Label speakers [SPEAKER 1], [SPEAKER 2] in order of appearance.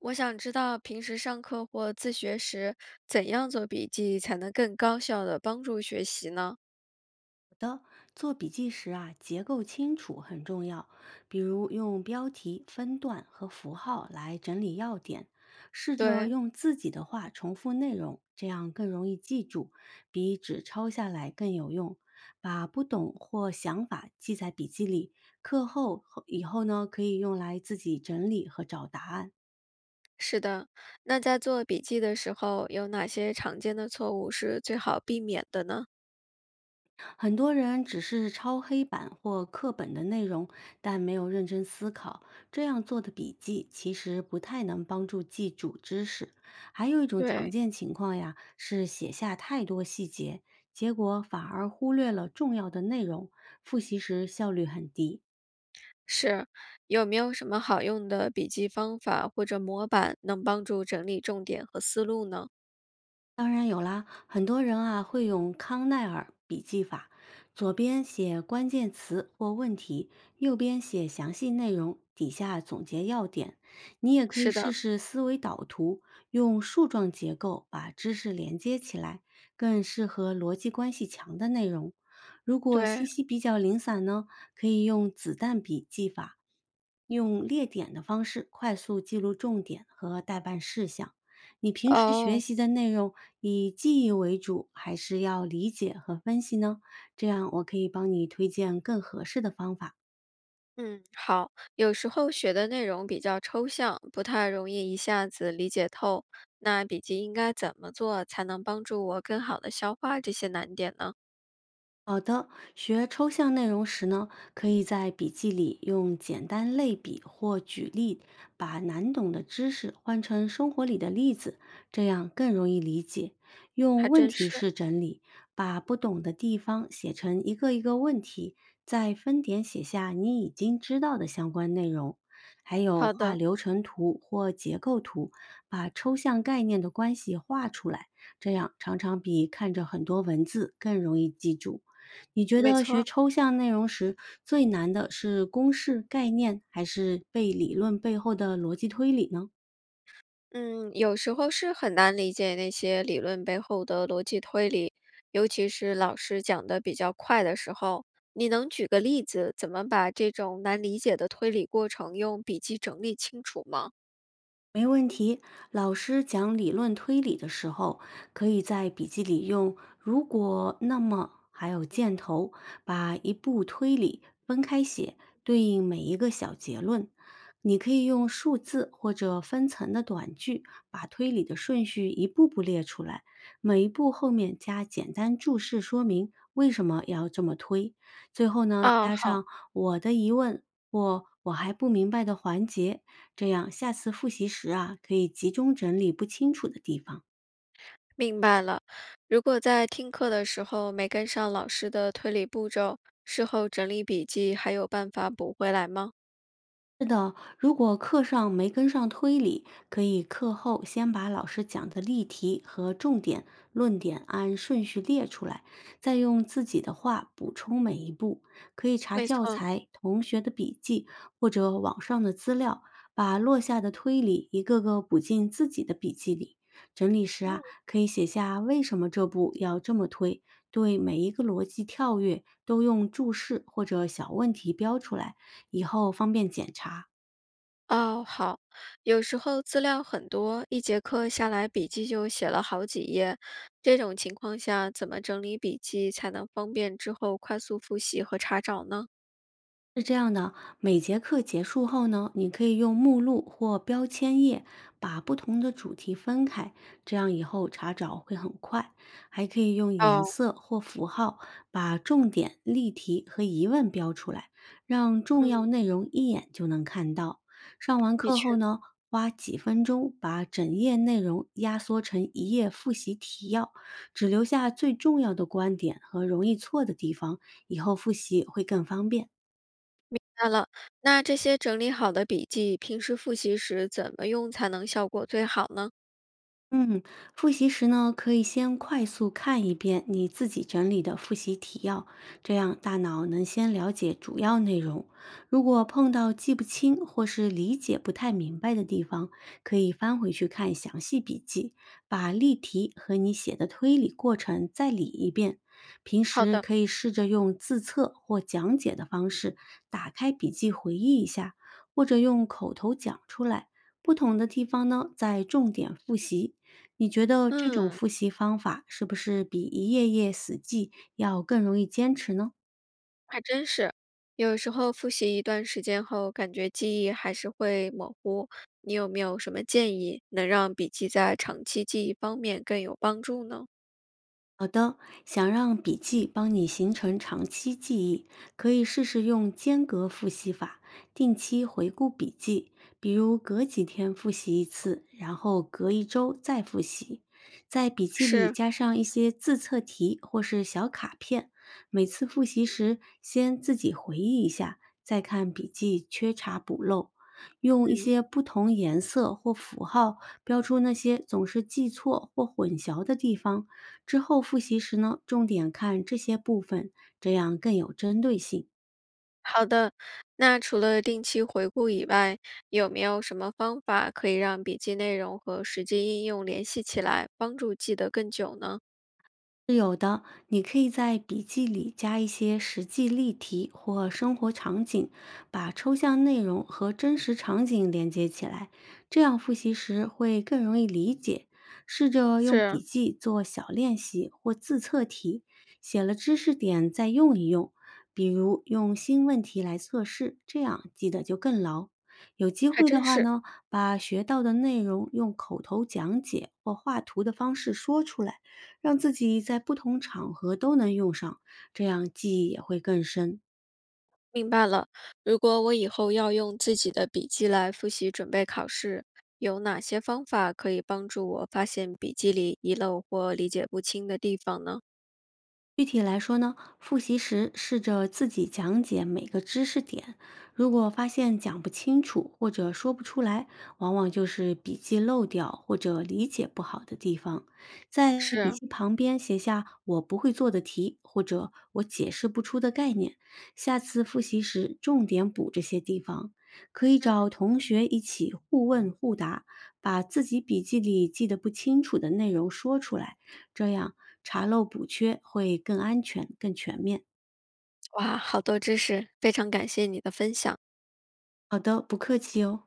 [SPEAKER 1] 我想知道平时上课或自学时，怎样做笔记才能更高效的帮助学习呢？
[SPEAKER 2] 的，做笔记时啊，结构清楚很重要，比如用标题、分段和符号来整理要点，试着
[SPEAKER 1] 对，
[SPEAKER 2] 用自己的话重复内容，这样更容易记住，比只抄下来更有用。把不懂或想法记在笔记里，课以后呢，可以用来自己整理和找答案。
[SPEAKER 1] 是的。那在做笔记的时候，有哪些常见的错误是最好避免的呢？
[SPEAKER 2] 很多人只是抄黑板或课本的内容，但没有认真思考，这样做的笔记其实不太能帮助记住知识。还有一种常
[SPEAKER 1] 对，
[SPEAKER 2] 见情况呀，是写下太多细节，结果反而忽略了重要的内容，复习时效率很低。
[SPEAKER 1] 是。有没有什么好用的笔记方法或者模板，能帮助整理重点和思路呢？
[SPEAKER 2] 当然有啦，很多人啊会用康奈尔笔记法，左边写关键词或问题，右边写详细内容，底下总结要点。你也可以
[SPEAKER 1] 是
[SPEAKER 2] 试
[SPEAKER 1] 的，
[SPEAKER 2] 试思维导图，用树状结构把知识连接起来，更适合逻辑关系强的内容。如果信
[SPEAKER 1] 对，
[SPEAKER 2] 息比较零散呢，可以用子弹笔记法，用列点的方式快速记录重点和待办事项。你平时学
[SPEAKER 1] 哦。
[SPEAKER 2] 习的内容以记忆为主，还是要理解和分析呢？这样我可以帮你推荐更合适的方法。
[SPEAKER 1] 嗯，好。有时候学的内容比较抽象，不太容易一下子理解透。那笔记应该怎么做才能帮助我更好的消化这些难点呢？
[SPEAKER 2] 好的，学抽象内容时呢，可以在笔记里用简单类比或举例，把难懂的知识换成生活里的例子，这样更容易理解。
[SPEAKER 1] 还
[SPEAKER 2] 用问
[SPEAKER 1] 真
[SPEAKER 2] 题
[SPEAKER 1] 是。
[SPEAKER 2] 式整理，把不懂的地方写成一个一个问题，再分点写下你已经知道的相关内容。还有
[SPEAKER 1] 好
[SPEAKER 2] 画
[SPEAKER 1] 的，
[SPEAKER 2] 流程图或结构图，把抽象概念的关系画出来，这样常常比看着很多文字更容易记住。你觉
[SPEAKER 1] 没
[SPEAKER 2] 得学
[SPEAKER 1] 错。
[SPEAKER 2] 抽象内容时，最难的是公式、概念，还是背理论背后的逻辑推理呢？
[SPEAKER 1] 嗯，有时候是很难理解那些理论背后的逻辑推理，尤其是老师讲的比较快的时候。你能举个例子，怎么把这种难理解的推理过程用笔记整理清楚吗？
[SPEAKER 2] 老师讲理论推理的时候，可以在笔记里用“如果”“那么”还有“箭头”，把一步推理分开写，对应每一个小结论。你可以用数字或者分层的短句，把推理的顺序一步步列出来，每一步后面加简单注释说明为什么要这么推，最后呢，
[SPEAKER 1] 啊，
[SPEAKER 2] 加
[SPEAKER 1] 好。
[SPEAKER 2] 上我的疑问或我还不明白的环节，这样下次复习时啊，可以集中整理不清楚的地方。
[SPEAKER 1] 明白了。如果在听课的时候没跟上老师的推理步骤，事后整理笔记还有办法补回来吗？
[SPEAKER 2] 是的，如果课上没跟上推理，可以课后先把老师讲的例题和重点论点按顺序列出来，再用自己的话补充每一步。可以查
[SPEAKER 1] 没
[SPEAKER 2] 教
[SPEAKER 1] 错，
[SPEAKER 2] 材、同学的笔记或者网上的资料，把落下的推理一个个补进自己的笔记里。整理时啊，
[SPEAKER 1] 嗯，
[SPEAKER 2] 可以写下为什么这步要这么推，对每一个逻辑跳跃都用注释或者小问题标出来。以后方便检查。
[SPEAKER 1] 哦，好。有时候资料很多，一节课下来笔记就写了好几页，这种情况下怎么整理笔记才能方便之后快速复习和查找呢？
[SPEAKER 2] 是这样的，每节课结束后呢，你可以用目录或标签页把不同的主题分开，这样以后查找会很快。还可以用颜
[SPEAKER 1] 哦，
[SPEAKER 2] 色或符号把重点、例题和疑问标出来，让重
[SPEAKER 1] 嗯，
[SPEAKER 2] 要内容一眼就能看到。上完
[SPEAKER 1] 的
[SPEAKER 2] 课
[SPEAKER 1] 确。
[SPEAKER 2] 后呢，花几分钟把整页内容压缩成一页复习提要，只留下最重要的观点和容易错的地方，以后复习会更方便。
[SPEAKER 1] 明白了，那这些整理好的笔记，平时复习时怎么用才能效果最好呢？
[SPEAKER 2] 嗯，复习时呢，可以先快速看一遍你自己整理的复习提要，这样大脑能先了解主要内容。如果碰到记不清或是理解不太明白的地方，可以翻回去看详细笔记，把例题和你写的推理过程再理一遍。平
[SPEAKER 1] 好
[SPEAKER 2] 时
[SPEAKER 1] 的，
[SPEAKER 2] 可以试着用自测或讲解的方式，打开笔记回忆一下，或者用口头讲出来。不同的地方呢，再重点复习，你觉得这种
[SPEAKER 1] 嗯，
[SPEAKER 2] 复习方法是不是比一页页死记要更容易坚持呢？
[SPEAKER 1] 还真是，有时候复习一段时间后，感觉记忆还是会模糊。你有没有什么建议，能让笔记在长期记忆方面更有帮助呢？
[SPEAKER 2] 好的，想让笔记帮你形成长期记忆，可以试试用间隔复习法，定期回顾笔记，比如隔几天复习一次，然后隔一周再复习。在笔记里
[SPEAKER 1] 是，
[SPEAKER 2] 加上一些自测题或是小卡片，每次复习时先自己回忆一下，再看笔记，缺查补漏。用一
[SPEAKER 1] 嗯，
[SPEAKER 2] 些不同颜色或符号标出那些总是记错或混淆的地方。之后复习时呢，重点看这些部分，这样更有针对性。
[SPEAKER 1] 好的。那除了定期回顾以外，有没有什么方法可以让笔记内容和实际应用联系起来，帮助记得更久呢？
[SPEAKER 2] 是有的，你可以在笔记里加一些实际例题或生活场景，把抽象内容和真实场景连接起来，这样复习时会更容易理解。试着用笔
[SPEAKER 1] 是，
[SPEAKER 2] 记做小练习或自测题，写了知识点再用一用，比如用新问题来测试，这样记得就更牢。有机
[SPEAKER 1] 还
[SPEAKER 2] 会的
[SPEAKER 1] 真
[SPEAKER 2] 话
[SPEAKER 1] 是。
[SPEAKER 2] 呢，把学到的内容用口头讲解或画图的方式说出来。让自己在不同场合都能用上，这样记忆也会更深。
[SPEAKER 1] 明白了，如果我以后要用自己的笔记来复习准备考试，有哪些方法可以帮助我发现笔记里遗漏或理解不清的地方呢？
[SPEAKER 2] 具体来说呢，复习时试着自己讲解每个知识点，如果发现讲不清楚或者说不出来，往往就是笔记漏掉或者理解不好的地方。在笔
[SPEAKER 1] 是，
[SPEAKER 2] 记旁边写下我不会做的题或者我解释不出的概念，下次复习时重点补这些地方。可以
[SPEAKER 1] 嗯，
[SPEAKER 2] 找同学一起互问互答，把自己笔记里记得不清楚的内容说出来，这样查漏补缺会更安全、更全面。
[SPEAKER 1] 哇，好多知识，非常感谢你的分享。
[SPEAKER 2] 好的，不客气哦。